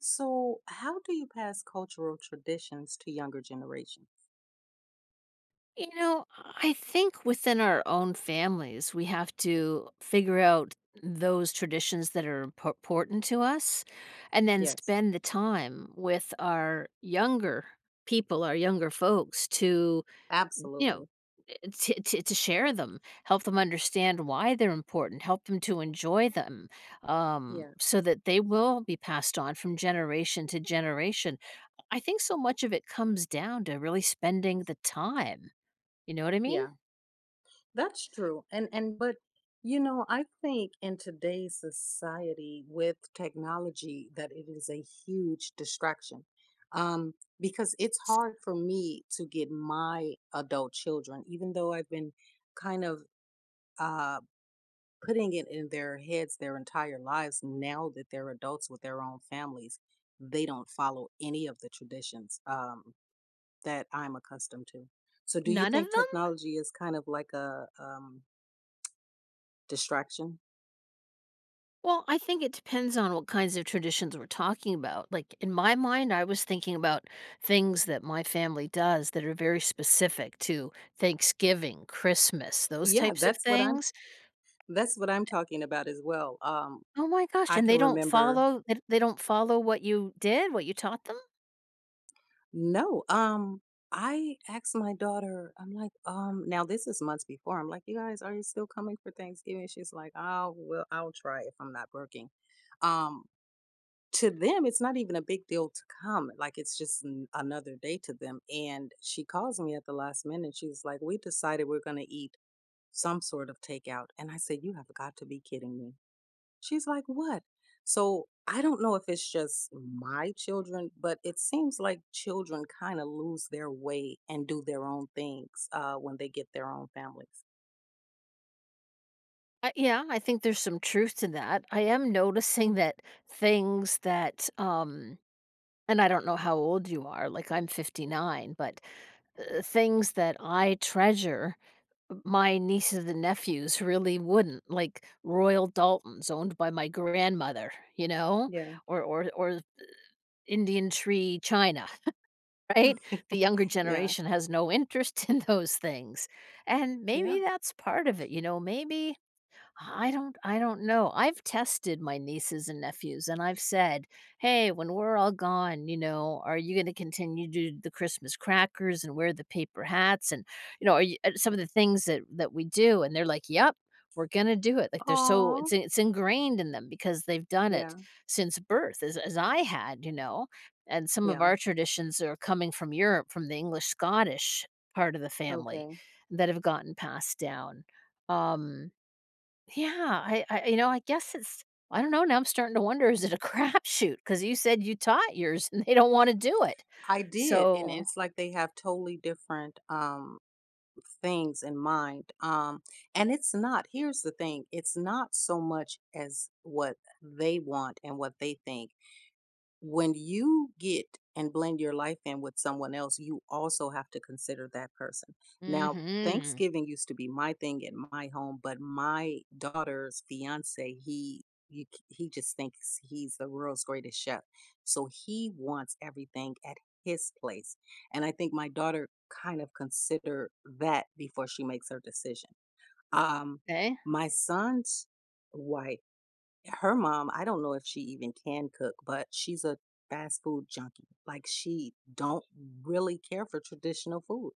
So, how do you pass cultural traditions to younger generations? You know, I think within our own families, we have to figure out those traditions that are important to us and then Yes, spend the time with our younger people, our younger folks to, you know, absolutely. to, share them, help them understand why they're important, help them to enjoy them Yeah, so that they will be passed on from generation to generation. I think so much of it comes down to really spending the time, you know what I mean? yeah, that's true. And but you know, I think in today's society with technology that it is a huge distraction. Because it's S hard for me to get my adult children, even though I've been kind of uh putting it in their heads their entire lives. Now that they're adults with their own families, they don't follow any of the traditions that I'm accustomed to. So do you none of think them? technology is kind of like a distraction? Well, I think it depends on what kinds of traditions we're talking about. Like, in my mind, I was thinking about things that my family does that are very specific to Thanksgiving, Christmas, those Yeah, types of that's what i'm things. that's what i'm talking about as well. Oh my gosh, I and they can don't remember. follow th they don't follow what you did, what you taught them? No. I asked my daughter. I'm like, now this is months before, I'm like, "You guys, are you still coming for Thanksgiving?" She's like, "Oh well, I'll try if I'm not working." um to them, it's not even a big deal to come. Like it's just another day to them. And she calls me at the last minute. She's like, "We decided we're going to eat some sort of takeout." And I said, "You have got to be kidding me." She's like, "What?" So I don't know if it's just my children, but it seems like children kind of lose their way and do their own things when they get their own families. Yeah, I think there's some truth to that. I am noticing that things that, and I don't know how old you are, like, I'm 59, but, things that I treasure, my nieces and nephews really wouldn't, like Royal Daltons owned by my grandmother, you know, Yeah. or Indian tree china, right? The younger Yeah. generation has no interest in those things, and Yeah. maybe that's part of it, you know, maybe I don't know. I've tested my nieces and nephews and I've said, "Hey, when we're all gone, you know, are you gonna continue to do the Christmas crackers and wear the paper hats and, you know, are you some Yeah. of the things that we do?" And they're like, "Yep, we're gonna do it." Like they're so Oh. It's ingrained in them because they've done it Yeah. since birth as I had, you know. And some of Yeah. our traditions are coming from Europe, from the English Scottish part of the family Okay. that have gotten passed down. Um yeah, I you know, I guess it's I don't know, now I'm starting to wonder, is it a crapshoot? Because you said you taught yours and they don't wanna do it. I did, and So it's like they have totally different things in mind. And it's not, here's the thing, it's not so much as what they want and what they think. When you get and blend your life in with someone else, you also have to consider that person. Now, mhm, Thanksgiving used to be my thing in my home, but my daughter's fiance, he he just thinks he's the world's greatest chef. So he wants everything at his place. And I think my daughter kind of consider that before she makes her decision. Um okay. my son's wife, her mom, I don't know if she even can cook, but she's a fast food junkie. Like she don't really care for traditional food.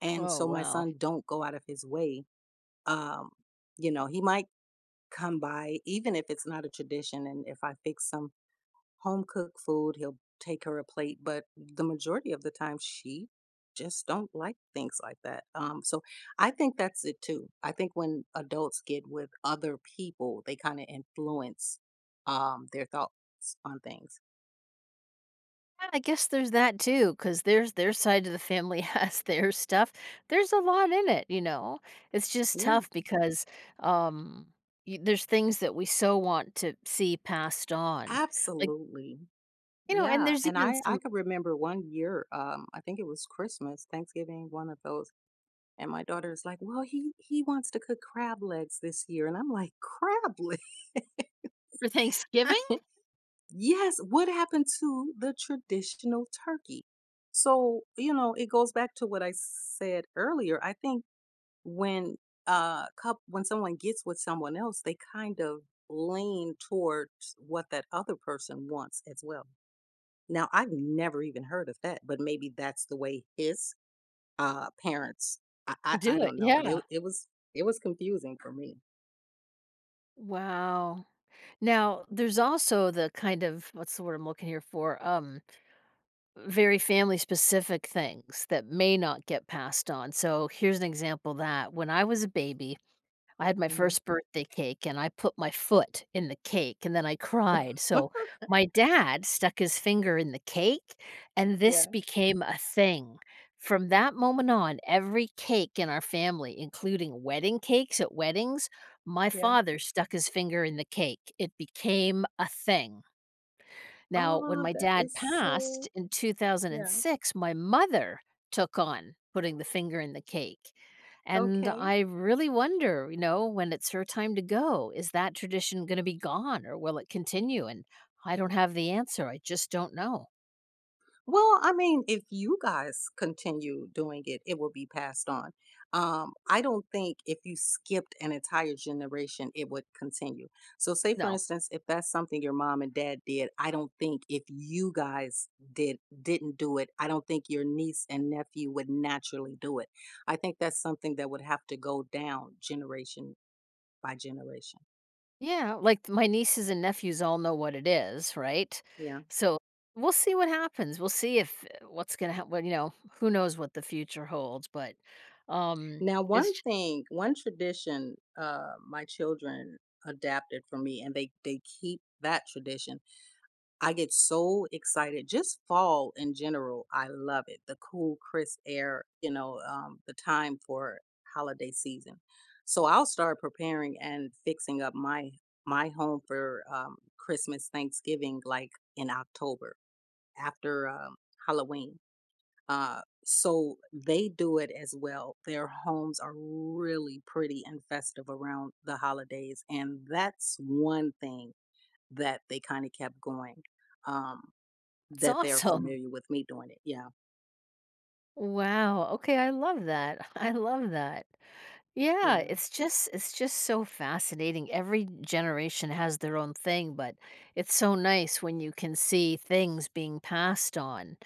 And Oh, so my wow. son don't go out of his way. Um, you know, he might come by even if it's not a tradition, and if I fix some home cooked food, he'll take her a plate, but the majority of the time she just don't like things like that. So I think that's it too. I think when adults get with other people, they kind of influence their thoughts on things. Yeah, I guess there's that too, because there's their side of the family has their stuff. There's a lot in it, you know? It's just Yeah, tough because, um, y there's things that we so want to see passed on. Like, absolutely. you know, and Yeah, there's and even I some could remember one year. I think it was Christmas, Thanksgiving, one of those. And my daughter's like, "Well, he wants to cook crab legs this year," and I'm like, "Crab legs." for Thanksgiving? Yes, what happened to the traditional turkey? So, you know, it goes back to what I said earlier. I think when when someone gets with someone else, they kind of lean towards what that other person wants as well. Now, I've never even heard of that, but maybe that's the way his parents. I Do it, don't know, but it yeah. it was, it was confusing for me. Wow. Now, there's also the kind of what's the word I'm looking here for? Very family specific things that may not get passed on. So here's an example of that when I was a baby, I had my Mhm. first birthday cake and I put my foot in the cake and then I cried. So my dad stuck his finger in the cake and this Yeah, became a thing. From that moment on, every cake in our family, including wedding cakes at weddings, my yeah. father stuck his finger in the cake. It became a thing. Now, when Oh, my that dad is passed so in yeah, 2006, my mother took on putting the finger in the cake. And okay. I really wonder, you know, when it's her time to go, is that tradition going to be gone or will it continue? And I don't have the answer. I just don't know. Well, I mean, if you guys continue doing it, it will be passed on. I don't think if you skipped an entire generation, it would continue. So, say for No. instance, if that's something your mom and dad did, I don't think if you guys didn't do it, I don't think your niece and nephew would naturally do it. I think that's something that would have to go down generation by generation. Yeah. Like my nieces and nephews all know what it is, right? Yeah. So we'll see what happens. We'll see if what's going to happen. You know, who knows what the future holds, but um, Now, one it's, thing, one tradition, my children adapted for me, and they keep that tradition. I get so excited. Just fall in general, I love it. The cool, crisp air, you know, the time for holiday season. So I'll start preparing and fixing up my home for Christmas, Thanksgiving, like in October after Halloween. So they do it as well. Their homes are really pretty and festive around the holidays. And that's one thing that they kind of kept going, um, it's that they're awesome. familiar with me doing it. Yeah. Wow. Okay, I love that. I love that. Yeah, Yeah. It's just so fascinating. Every generation has their own thing, but it's so nice when you can see things being passed on.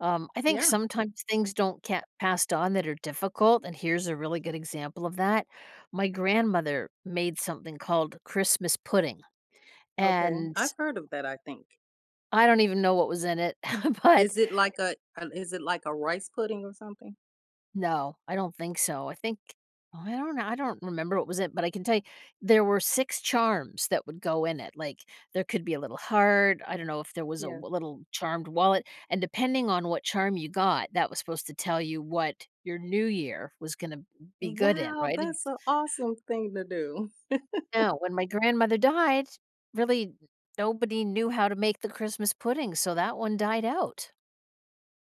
I think Yeah. sometimes things don't get passed on that are difficult, and here's a really good example of that. My grandmother made something called Christmas pudding, Okay. and I've heard of that, I think. I don't even know what was in it, but Is it like a is it like a rice pudding or something? no, I don't think so. I think oh, I don't know. I don't remember what was it, but I can tell you there were six charms that would go in it. Like, there could be a little heart. I don't know if there was a Yeah. w little charmed wallet, and depending on what charm you got, that was supposed to tell you what your new year was gonna be good in, Wow, right? that's If- an awesome thing to do. now, when my grandmother died, really nobody knew how to make the Christmas pudding, so that one died out.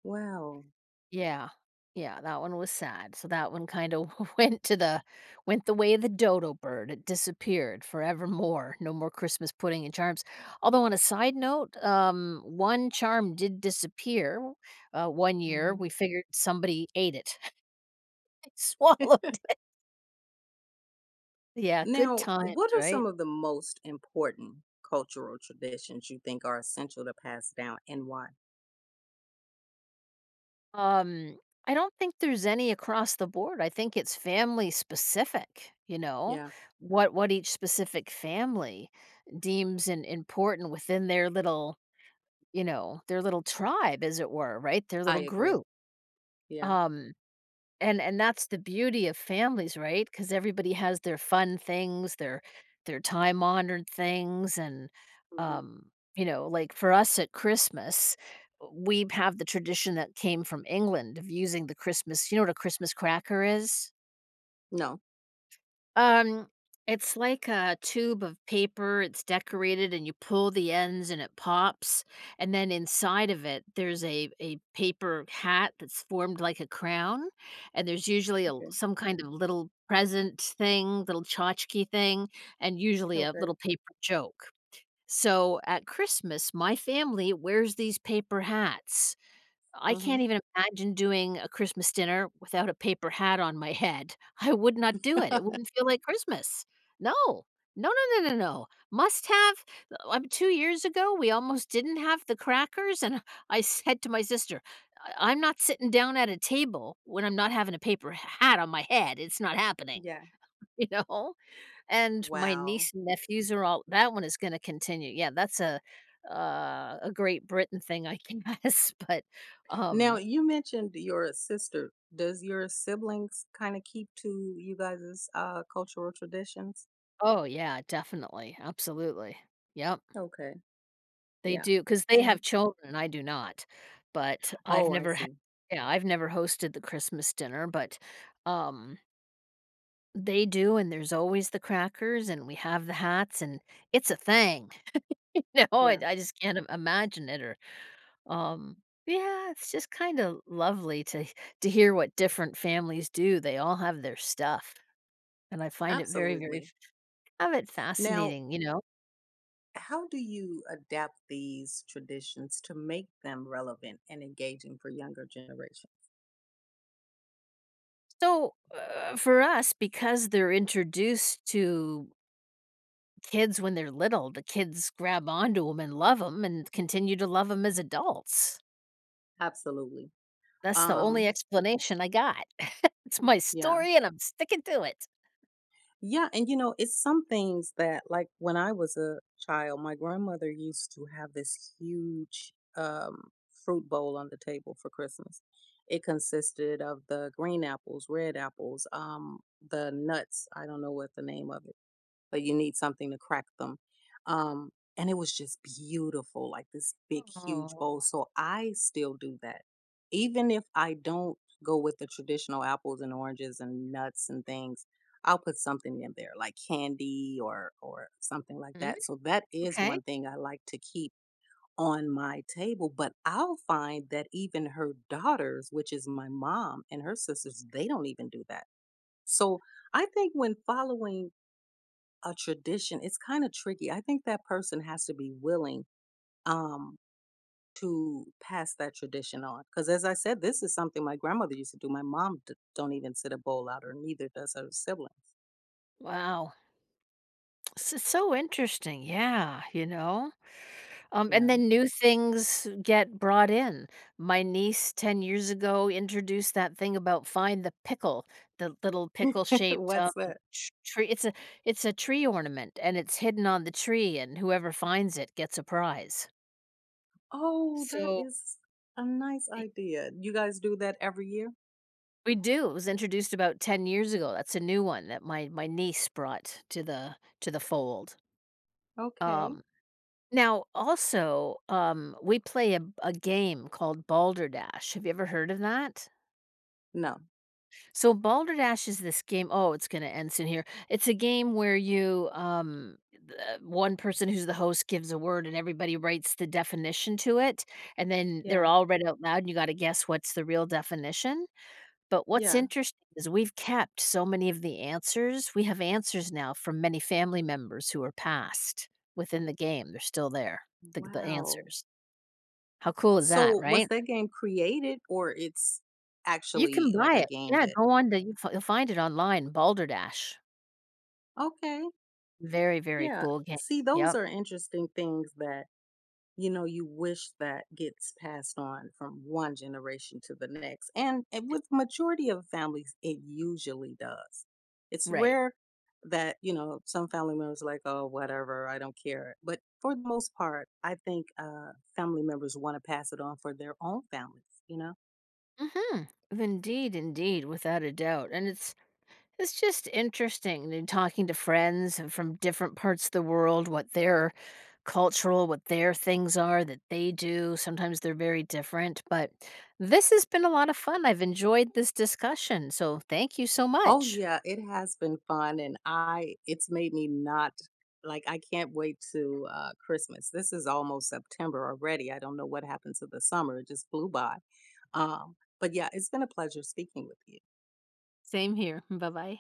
Wow. Yeah. Yeah, that one was sad. So that one kind of went to the went the way of the dodo bird. It disappeared forevermore. No more Christmas pudding and charms. Although on a side note, one charm did disappear. One year we figured somebody ate it, swallowed. Yeah, good Now, times, what are right? some of the most important cultural traditions you think are essential to pass down and why? Um, I don't think there's any across the board. I think it's family specific, you know, Yeah, what each specific family deems and important within their little, you know, their little tribe, as it were, right? Their little I agree. group. Yeah. Um, and that's the beauty of families, right? Because everybody has their fun things, their time-honored things, and, Hmm. You know, like, for us at Christmas, we have the tradition that came from England of using the Christmas, you know what a Christmas cracker is? No. Um, it's like a tube of paper. It's decorated and you pull the ends and it pops. And then inside of it, there's a paper hat that's formed like a crown. And there's usually a Okay. some kind of little present thing, little tchotchke thing, and usually a Okay. little paper joke. So at Christmas, my family wears these paper hats. I Hmm. can't even imagine doing a Christmas dinner without a paper hat on my head. I would not do it. It wouldn't feel like Christmas. No. No, no, no, no, no. Must have. Two years ago, we almost didn't have the crackers and I said to my sister, I'm not sitting down at a table when I'm not having a paper hat on my head. It's not happening." Yeah. You know? And my Wow. niece and nephews are all that one is gonna continue. Yeah, that's a Great Britain thing, I guess, but, Now, um you mentioned your sister. Does your siblings kind of keep to you guys' cultural traditions? oh, yeah, definitely, absolutely. Yep, Okay. they Yeah. do because they And have children, I do not, but I've oh, I never ha see. yeah, I've never hosted the Christmas dinner, but, um, they do, and there's always the crackers, and we have the hats, and it's a thing. No, Yeah, I just can't im imagine it or, um yeah, it's just kinda lovely to hear what different families do, they all have their stuff, and I find it very, very absolutely. f have it Now, fascinating, you know? how do you adapt these traditions to make them relevant and engaging for younger generation? So for us, because they're introduced to kids when they're little, the kids grab onto them and love them and continue to love them as adults. Absolutely. That's the only Um, explanation I got. It's my yeah. story and I'm sticking to it. Yeah, and you know, it's some things that like when I was a child, my grandmother used to have this huge fruit bowl on the table for Christmas. It consisted of the green apples, red apples, the nuts, I don't know what the name of it, but you need something to crack them. Um, and it was just beautiful, like this big, huge bowl. Oh, So I still do that. Even if I don't go with the traditional apples and oranges and nuts and things, I'll put something in there like candy or something like mm, that. So that is okay. one thing I like to keep on my table, but I'll find that even her daughters, which is my mom and her sisters, they don't even do that. So I think when following a tradition, it's kind of tricky. I think that person has to be willing um, to pass that tradition on. Because as I said, this is something my grandmother used to do. My mom don't even sit a bowl out, or neither does her siblings. Wow. So, so interesting. Yeah. You know? And Yeah. then new things get brought in. My niece 10 years ago introduced that thing about find the pickle, the little pickle-shaped, What's that? tr tree, it's a tree ornament, and it's hidden on the tree, and whoever finds it gets a prize. Oh, that So, is a nice I idea. You guys do that every year? we do, it was introduced about 10 years ago, that's a new one that my niece brought to the fold. Okay. Um, now also, we play a game called Balderdash, have you ever heard of that? No. So Balderdash is this game. Oh, it's going to end soon here. It's a game where you, one person who's the host gives a word and everybody writes the definition to it. And then they're Yeah. all read out loud and you got to guess what's the real definition. But what's Yeah. interesting is we've kept so many of the answers. We have answers now from many family members who are passed within the game. They're still there, the Wow. answers. How cool is that, So right? was that game created, or it's You can actually like buy a it. game Yeah, that? go on to, you'll find it online, Balderdash. Okay. Very, very Yeah. cool game. See, those Yep. are interesting things that, you know, you wish that gets passed on from one generation to the next. And It with majority of families, it usually does. It's right. rare that, you know, some family members are like, oh, whatever, I don't care. But for the most part, I think family members want to pass it on for their own families, you know? Mhm. Indeed, indeed, without a doubt, and it's just interesting and talking to friends and from different parts of the world, what their cultural what their things are that they do. Sometimes they're very different, but this has been a lot of fun. I've enjoyed this discussion, so thank you so Oh much. yeah, it has been fun and I it's made me not like I can't wait to Christmas. This is almost September already. I don't know what happened to the summer. It just flew by. But yeah, it's been a pleasure speaking with you. Same here. Bye-bye.